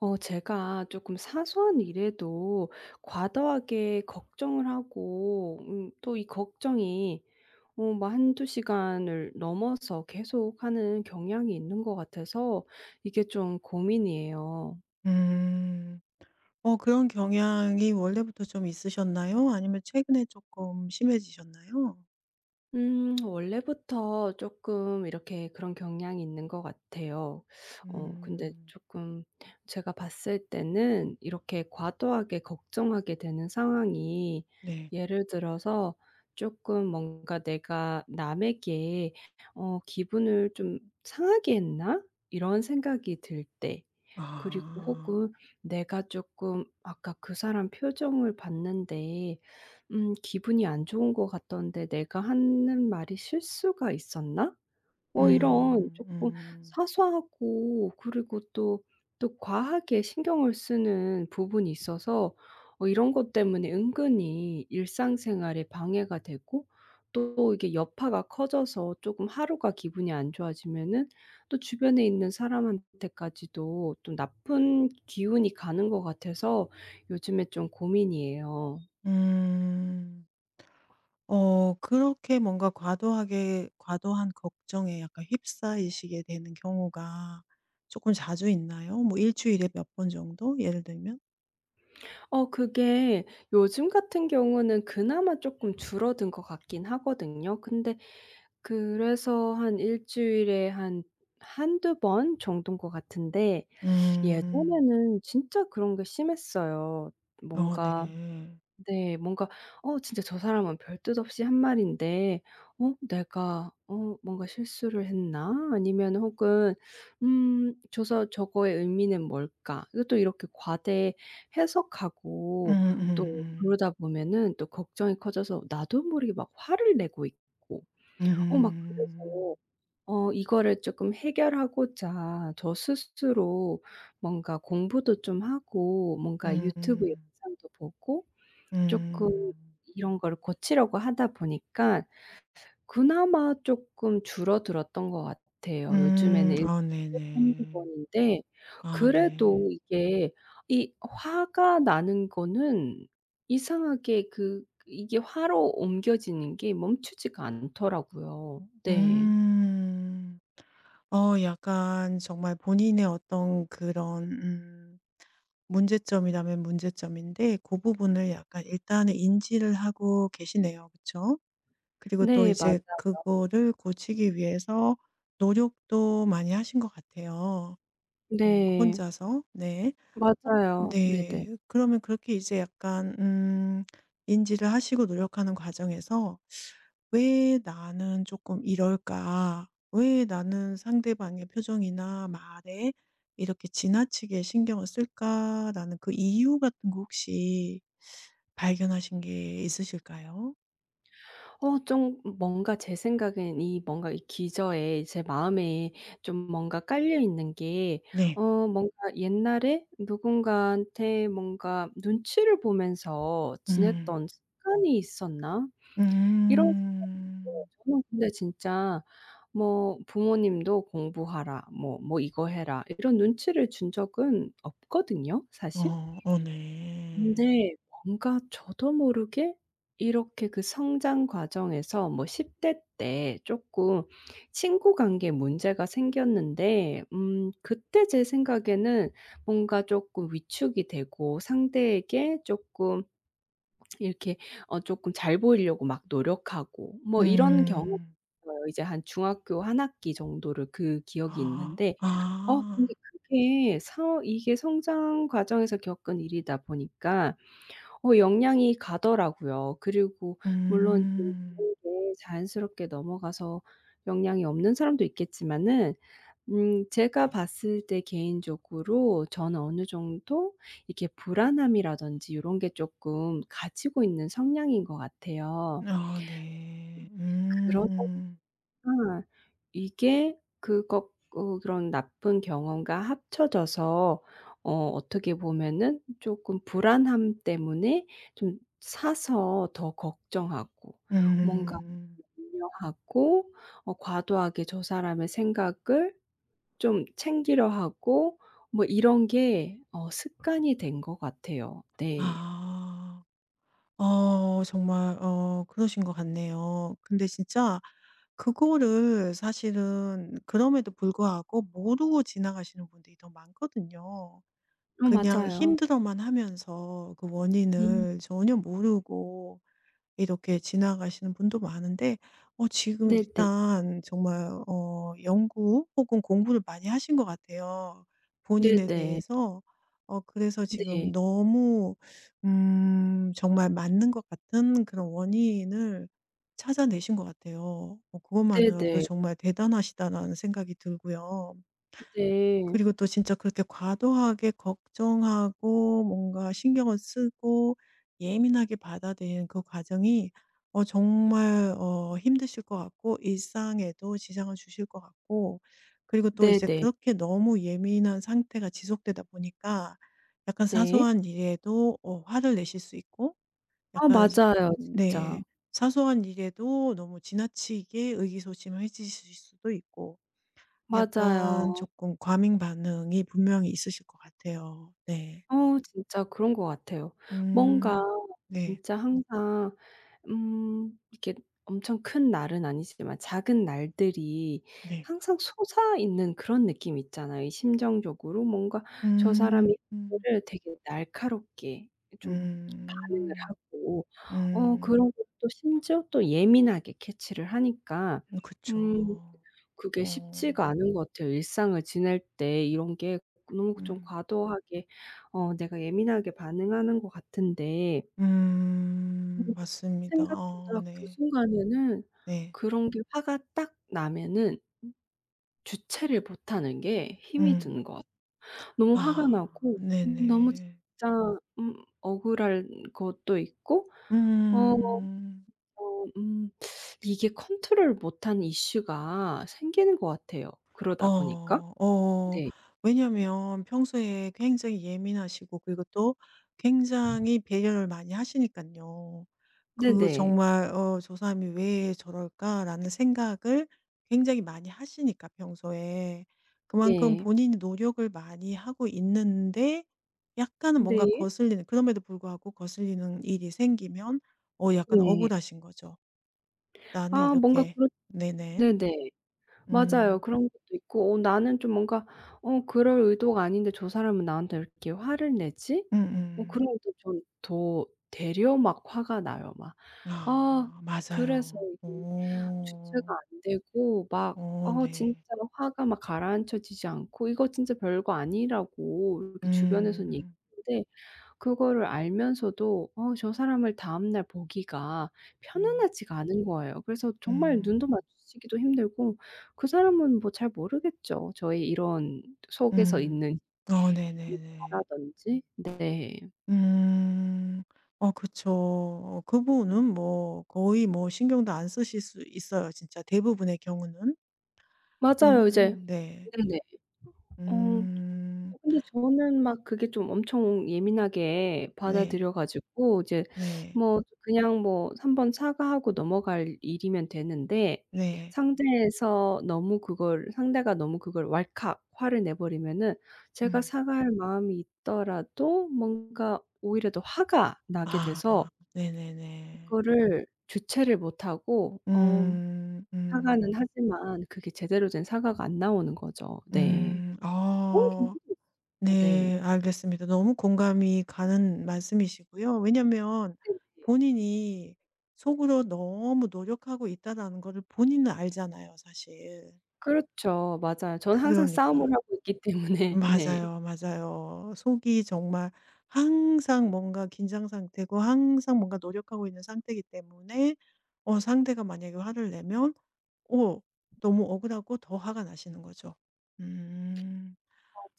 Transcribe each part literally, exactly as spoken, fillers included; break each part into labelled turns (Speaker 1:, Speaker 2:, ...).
Speaker 1: 어 제가 조금 사소한 일에도 과도하게 걱정을 하고 음 또 이 걱정이 어 뭐 한두 시간을 넘어서 계속하는 경향이 있는 것 같아서 이게 좀 고민이에요.
Speaker 2: 음. 어 그런 경향이 원래부터 좀 있으셨나요? 아니면 최근에 조금 심해지셨나요?
Speaker 1: 음 원래부터 조금 이렇게 그런 경향이 있는 것 같아요. 어 근데
Speaker 2: 음.
Speaker 1: 조금 제가 봤을 때는 이렇게 과도하게 걱정하게 되는 상황이
Speaker 2: 네.
Speaker 1: 예를 들어서 조금 뭔가 '내가 남에게 어 기분을 좀 상하게 했나?' 이런 생각이 들 때. 그리고
Speaker 2: 아.
Speaker 1: 혹은 '내가 조금 아까 그 사람 표정을 봤는데 음 기분이 안 좋은 것 같던데 내가 하는 말이 실수가 있었나?' 뭐 이런
Speaker 2: 음.
Speaker 1: 조금
Speaker 2: 음.
Speaker 1: 사소하고 그리고 또, 또 과하게 신경을 쓰는 부분이 있어서 어 이런 것 때문에 은근히 일상생활에 방해가 되고 또 이게 여파가 커져서 조금 하루가 기분이 안 좋아지면은 또 주변에 있는 사람한테까지도 또 나쁜 기운이 가는 것 같아서 요즘에 좀 고민이에요.
Speaker 2: 음. 어 그렇게 뭔가 과도하게 과도한 걱정에 약간 휩싸이시게 되는 경우가 조금 자주 있나요? 뭐 일 주일에 몇 번 정도 예를 들면?
Speaker 1: 어 그게 요즘 같은 경우는 그나마 조금 줄어든 것 같긴 하거든요. 근데 그래서 한 일 주일에 한 한두 번 정도인 것 같은데,
Speaker 2: 음.
Speaker 1: 예전에는 진짜 그런 게 심했어요.
Speaker 2: 어 네.
Speaker 1: 뭔가, 네. 뭔가 어 진짜 저 사람은 별뜻 없이 한 말인데 어 내가 어 뭔가 실수를 했나? 아니면 혹은 음 저서 '저거의 의미는 뭘까?' 이것또 이렇게 과대 해석하고, 또
Speaker 2: 음음음.
Speaker 1: 그러다 보면은 또 걱정이 커져서 나도 모르게 막 화를 내고 있고 어 막 그래서
Speaker 2: 음. 음.
Speaker 1: 어 이거를 조금 해결하고자 저 스스로 뭔가 공부도 좀 하고 뭔가
Speaker 2: 음,
Speaker 1: 유튜브
Speaker 2: 음.
Speaker 1: 영상도 보고 쪼끔
Speaker 2: 음.
Speaker 1: 이런 거를 고치려고 하다 보니까 그나마 쪼끔 줄어들었던 것 같아요.
Speaker 2: 음.
Speaker 1: 요즘에는 일주일에
Speaker 2: 아
Speaker 1: 한두
Speaker 2: 네네.
Speaker 1: 번인데,
Speaker 2: 아
Speaker 1: 그래도
Speaker 2: 네.
Speaker 1: 이게, 이 화가 나는 거는 이상하게 그 이게 화로 옮겨지는 게 멈추지가 않더라고요. 네.
Speaker 2: 음. 어 약간 정말 본인의 어떤 그런 음 문제점이라면 문제점인데 고 부분을 약간 일단은 인지를 하고 계시네요. 그쵸? 그리고 또
Speaker 1: 네 맞아.
Speaker 2: 이제 그거를 고치기 위해서 노력도 많이 하신 것 같아요. 뭔가
Speaker 1: 네.
Speaker 2: 혼자서. 네. 어
Speaker 1: 맞아요. 네네.
Speaker 2: 네. 그러면 그렇게 이제 약간 음 인지를 하시고 노력하는 과정에서 '왜 나는 조금 이럴까? 왜 나는 상대방의 표정이나 말에 이렇게 지나치게 신경을 쓸까?'라는 그 이유 같은 거 혹시 발견하신 게 있으실까요?
Speaker 1: 어 좀 뭔가 제 생각엔 이 뭔가 이 기저에 제 마음에 좀 뭔가 깔려 있는 게
Speaker 2: 네.
Speaker 1: 어 뭔가 옛날에 누군가한테 뭔가 눈치를 보면서
Speaker 2: 음.
Speaker 1: 지냈던 습관이 있었나? 이런 생각이 들어요.
Speaker 2: 음.
Speaker 1: 저는 근데 진짜 뭐 부모님도 "공부하라." 뭐 "뭐 이거 해라." 이런 눈치를 준 적은 없거든요 사실.
Speaker 2: 어. 어 네.
Speaker 1: 근데 뭔가 저도 모르게 이렇게 그 성장 과정에서 뭐 십 대 때 쪼끔 친구 관계에 문제가 생겼는데 음 그때 제 생각에는 뭔가 쪼끔 위축이 되고 상대에게 쪼끔 이렇게 어 쪼끔 잘 보이려고 막 노력하고 뭐 이런 경험이
Speaker 2: 음.
Speaker 1: 있어요. 이제 한 중학교 한 학기 정도를 그 기억이
Speaker 2: 아.
Speaker 1: 있는데, 어 근데
Speaker 2: 아.
Speaker 1: 그게 서 이게 성장 과정에서 겪은 일이다 보니까 어 영향이 가더라고요. 그리고 물론 좀
Speaker 2: 음.
Speaker 1: 그런 게 자연스럽게 넘어가서 영향이 없는 사람도 있겠지만은 음 제가 봤을 때 개인적으로 저는 어느 정도 이게 불안함이라든지 요런 게 쪼끔 가지고 있는 성향인 것 같아요.
Speaker 2: 아 네.
Speaker 1: 그러다
Speaker 2: 음.
Speaker 1: 아. 이게 그거 어 그런 나쁜 경험과 합쳐져서 어 어떻게 보면은 조금 불안함 때문에 좀 사서 더 걱정하고 뭔가
Speaker 2: 음.
Speaker 1: 염요하고 과도하게 저 사람의 생각을 좀 챙기려 하고 뭐 이런 게 어 습관이 된 것 같아요. 네.
Speaker 2: 아. 어 정말 어 그러신 것 같네요. 근데 진짜 그거를 사실은 그럼에도 불구하고 모르고 지나가시는 분들이 더 많거든요.
Speaker 1: 어
Speaker 2: 그냥
Speaker 1: 맞아요.
Speaker 2: 힘들어만 하면서 그
Speaker 1: 음.
Speaker 2: 원인을 전혀 모르고 이렇게 지나가시는 분도 많은데 어 지금
Speaker 1: 네네.
Speaker 2: 일단 정말 어 연구 혹은 공부를 많이 하신 것 같아요, 본인에
Speaker 1: 네네.
Speaker 2: 대해서. 어 그래서 지금
Speaker 1: 네.
Speaker 2: 너무 음 정말 맞는 것 같은 그런 원인을 찾아내신 것 같아요. 어 음. 그것만으로도
Speaker 1: 네네.
Speaker 2: 정말 대단하시다라는 생각이 들고요.
Speaker 1: 네.
Speaker 2: 그리고 또 진짜 그렇게 과도하게 걱정하고 뭔가 신경을 쓰고 예민하게 받아들이는 그 과정이 어 정말 어 힘드실 것 같고 일상에도 지장을 주실 것 같고 그리고 또 이제
Speaker 1: 네네.
Speaker 2: 그렇게 너무 예민한 상태가 지속되다 보니까 약간
Speaker 1: 네.
Speaker 2: 사소한 일에도 어 화를 내실 수 있고
Speaker 1: 아
Speaker 2: 약간 사
Speaker 1: 맞아요 진짜.
Speaker 2: 네. 사소한 일에도 너무 지나치게 의기소침해지실 수도 있고 약간
Speaker 1: 맞아요.
Speaker 2: 조금 과민 반응이 분명히 있으실 것 같아요. 네.
Speaker 1: 어 진짜 그런 것 같아요. 뭔가
Speaker 2: 음. 네.
Speaker 1: 진짜 항상 음 이렇게 엄청 큰 날은 아니지만 작은 날들이
Speaker 2: 네.
Speaker 1: 항상 솟아있는 그런 느낌 이 있잖아요. 이 심정적으로 뭔가 저
Speaker 2: 음.
Speaker 1: 사람이
Speaker 2: 음.
Speaker 1: 그거를 되게 날카롭게 좀 반응을
Speaker 2: 음.
Speaker 1: 하고 어
Speaker 2: 음.
Speaker 1: 그런 것도 심지어 또 예민하게 캐치를 하니까 음
Speaker 2: 그쵸.
Speaker 1: 그게
Speaker 2: 어.
Speaker 1: 쉽지가 않은 것 같아요. 일상을 지낼 때 이런 게 너무 좀
Speaker 2: 음.
Speaker 1: 과도하게 어 내가 예민하게 반응하는 것 같은데
Speaker 2: 음.
Speaker 1: 이게
Speaker 2: 맞습니다. 어
Speaker 1: 생각보다 그
Speaker 2: 네.
Speaker 1: 순간에는
Speaker 2: 네.
Speaker 1: 그런 게 화가 딱 나면은 음 주체를 못하는 게 힘이
Speaker 2: 음.
Speaker 1: 드는 것 같아요. 너무 화가
Speaker 2: 아.
Speaker 1: 나고 음 너무
Speaker 2: 네네.
Speaker 1: 진짜 음 억울한 것도 있고 어
Speaker 2: 음.
Speaker 1: 어 음 이게 컨트롤 못하는 이슈가 생기는 것 같아요 그러다 보니까.
Speaker 2: 어. 어.
Speaker 1: 네.
Speaker 2: 왜냐면 평소에 굉장히 예민하시고 그리고 또 굉장히 배려를 많이 하시니까요. 그
Speaker 1: 네네.
Speaker 2: 정말 어 '저 사람이 왜 저럴까?'라는 생각을 굉장히 많이 하시니까 평소에. 그만큼
Speaker 1: 네.
Speaker 2: 본인이 노력을 많이 하고 있는데 약간은 뭔가
Speaker 1: 네.
Speaker 2: 거슬리는, 그럼에도 불구하고 거슬리는 일이 생기면 어 약간
Speaker 1: 네.
Speaker 2: 억울하신 거죠. 나는
Speaker 1: 아 뭔가
Speaker 2: 이렇게.
Speaker 1: 그렇
Speaker 2: 네네.
Speaker 1: 네네. 맞아요.
Speaker 2: 음.
Speaker 1: 그런 것도 있고 '어 나는 좀 뭔가 어 그럴 의도가 아닌데 저 사람은 나한테 왜 이렇게 화를 내지?' 어
Speaker 2: 음음.
Speaker 1: 그러면 또 전 더 되려 막 화가 나요. 막 아
Speaker 2: 아
Speaker 1: 그래서
Speaker 2: 맞아요.
Speaker 1: 이게 주체가
Speaker 2: 오
Speaker 1: 안 되고 막
Speaker 2: 오
Speaker 1: 어 진짜
Speaker 2: 네.
Speaker 1: 화가 막 가라앉혀지지 않고 이거 진짜 별거 아니라고 이렇게 주변에선
Speaker 2: 음.
Speaker 1: 얘기하는데, 그거를 알면서도 어 저 사람을 다음 날 보기가
Speaker 2: 음.
Speaker 1: 편안하지가 않은 거예요. 그래서 정말 눈도
Speaker 2: 음.
Speaker 1: 마주치기도 힘들고, 그 사람은 뭐 잘 모르겠죠. 저의 이런 속에서
Speaker 2: 음.
Speaker 1: 있는
Speaker 2: 어 네네네.
Speaker 1: 일화라든지. 네.
Speaker 2: 음. 어 그쵸. 어 그 부분은 뭐 거의 뭐 신경도 안 쓰실 수 있어요 진짜 대부분의 경우는.
Speaker 1: 맞아요. 이제,
Speaker 2: 근 네.
Speaker 1: 네네. 어. 어
Speaker 2: 음.
Speaker 1: 근데 저는 막 그게 좀 엄청 예민하게
Speaker 2: 네.
Speaker 1: 받아들여 가지고 이제
Speaker 2: 네.
Speaker 1: 뭐 그냥 뭐 한번 사과하고 넘어갈 일이면 되는데
Speaker 2: 네.
Speaker 1: 상대에서 너무 그걸 상대가 너무 그걸 왈칵 화를 내 버리면은 제가
Speaker 2: 음.
Speaker 1: 사과할 마음이 있더라도 뭔가 오히려 더 화가 나게 돼서
Speaker 2: 아 네네네.
Speaker 1: 그거를 주체를 못 하고 어
Speaker 2: 음.
Speaker 1: 사과는
Speaker 2: 음.
Speaker 1: 하지만 그게 제대로 된 사과가 안 나오는 거죠. 네.
Speaker 2: 음.
Speaker 1: 그런
Speaker 2: 아.
Speaker 1: 경우도.
Speaker 2: 네.
Speaker 1: 네.
Speaker 2: 알겠습니다. 너무 공감이 가는 말씀이시고요. 왜냐면 본인이 속으로 너무 노력하고 있다라는 거를 본인은 알잖아요, 사실.
Speaker 1: 그렇죠. 맞아요. 저는 항상
Speaker 2: 그러니까.
Speaker 1: 싸움을 하고 있기 때문에 네.
Speaker 2: 맞아요, 맞아요. 속이 정말 항상 뭔가 긴장 상태고 항상 뭔가 노력하고 있는 상태이기 때문에 어 상대가 만약에 화를 내면 어 너무 억울하고 더 화가 나시는 거죠. 음.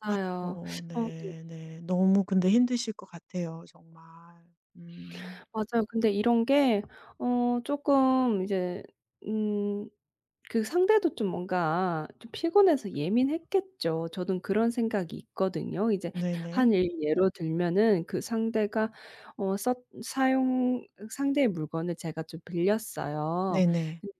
Speaker 1: 맞아요.
Speaker 2: 어
Speaker 1: 어 네.
Speaker 2: 네 네. 너무 근데 힘드실 것 같아요 정말. 음
Speaker 1: 맞아요. 근데 이런 게 어 쪼끔 이제 음 그 상대도 좀 뭔가 좀 피곤해서 예민했겠죠. 저도 그런 생각이 있거든요. 이제
Speaker 2: 네네.
Speaker 1: 한 일 예로 들면은 그 상대가 어 썼 사용, 상대의 물건을 제가 좀 빌렸어요.
Speaker 2: 네네.
Speaker 1: 근데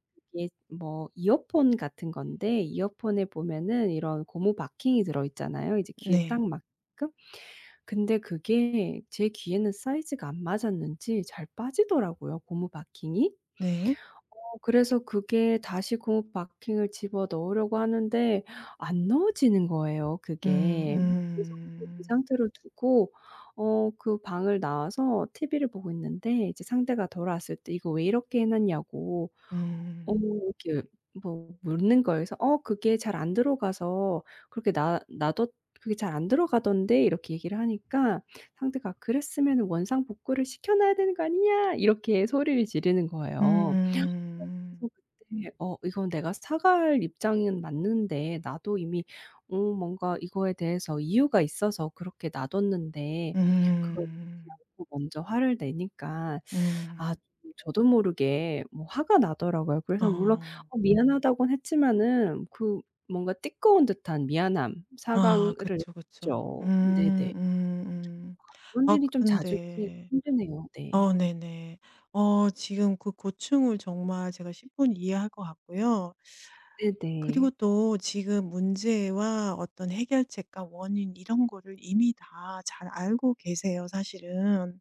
Speaker 1: 그게 뭐 이어폰 같은 건데 이어폰에 보면은 이런 고무 바킹이 들어 있잖아요, 이제 귀에
Speaker 2: 네.
Speaker 1: 딱 맞게끔. 근데 그게 제 귀에는 사이즈가 안 맞았는지 잘 빠지더라고요, 고무 바킹이.
Speaker 2: 네.
Speaker 1: 어 그래서 그게 다시 고무 바킹을 집어 넣으려고 하는데 안 넣어지는 거예요
Speaker 2: 음
Speaker 1: 그게. 그래서 그걸 그
Speaker 2: 음.
Speaker 1: 상태로 두고 어 그 방을 나와서 티비를 보고 있는데 이제 상대가 돌아왔을 때 "이거 왜 이렇게 해 놨냐."고 어
Speaker 2: 음.
Speaker 1: 이렇게 뭐 묻는 거예요. 그래서 "어 그게 잘 안 들어가서 그렇게 놔 놔뒀, 그게 잘 안 들어가던데." 이렇게 얘기를 하니까 상대가 "그랬으면은 원상 복구를 시켜 놔야 되는 거 아니냐." 이렇게 소리를 지르는 거예요.
Speaker 2: 음.
Speaker 1: 그래서 그때 어 이건 내가 사갈 입장은 맞는데 나도 이미 어 뭔가 이거에 대해서 이유가 있어서 그렇게 놔뒀는데 그걸 듣지
Speaker 2: 음.
Speaker 1: 않고 먼저 화를 내니까 아
Speaker 2: 음.
Speaker 1: 저도 모르게 뭐 화가 나더라고요. 그래서 물론
Speaker 2: 어.
Speaker 1: 어 미안하다고는 했지만은 그 뭔가 뜨거운 듯한 미안함
Speaker 2: 아
Speaker 1: 사과를
Speaker 2: 그쵸, 그쵸.
Speaker 1: 했죠. 네네.
Speaker 2: 음 음 음.
Speaker 1: 이런
Speaker 2: 아 그
Speaker 1: 일이 좀 자주 있으니까
Speaker 2: 근데
Speaker 1: 힘드네요. 네.
Speaker 2: 어 네네. 어 지금 그 고충을 정말 제가 십분 이해할 것 같고요. 그리고
Speaker 1: 네네.
Speaker 2: 또 지금 문제와 어떤 해결책과 원인 이런 거를 이미 다 잘 알고 계세요, 사실은.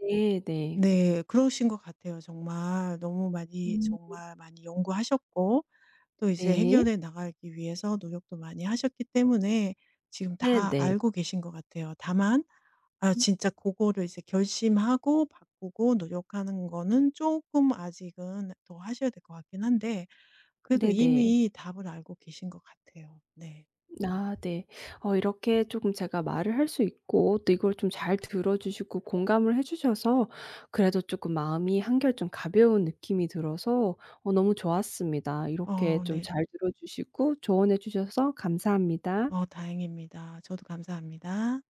Speaker 1: 네네.
Speaker 2: 네, 그러신 것 같아요, 정말. 너무 많이,
Speaker 1: 음
Speaker 2: 정말 많이 연구하셨고, 또 이제
Speaker 1: 네.
Speaker 2: 해결해 나가기 위해서 노력도 많이 하셨기 때문에 지금 다
Speaker 1: 네네.
Speaker 2: 알고 계신 것 같아요. 다만, 아, 진짜 그거를 이제 결심하고 바꾸고 노력하는 거는 조금 아직은 더 하셔야 될 것 같긴 한데, 그래도
Speaker 1: 네네.
Speaker 2: 이미 답을 알고 계신 것 같아요. 네.
Speaker 1: 아 네. 어 이렇게 조금 제가 말을 할 수 있고 또 이걸 좀 잘 들어 주시고 공감을 해 주셔서 그래도 조금 마음이 한결 좀 가벼운 느낌이 들어서 어 너무 좋았습니다. 이렇게
Speaker 2: 어
Speaker 1: 좀
Speaker 2: 네.
Speaker 1: 잘 들어 주시고 조언해 주셔서 감사합니다.
Speaker 2: 어 다행입니다. 저도 감사합니다.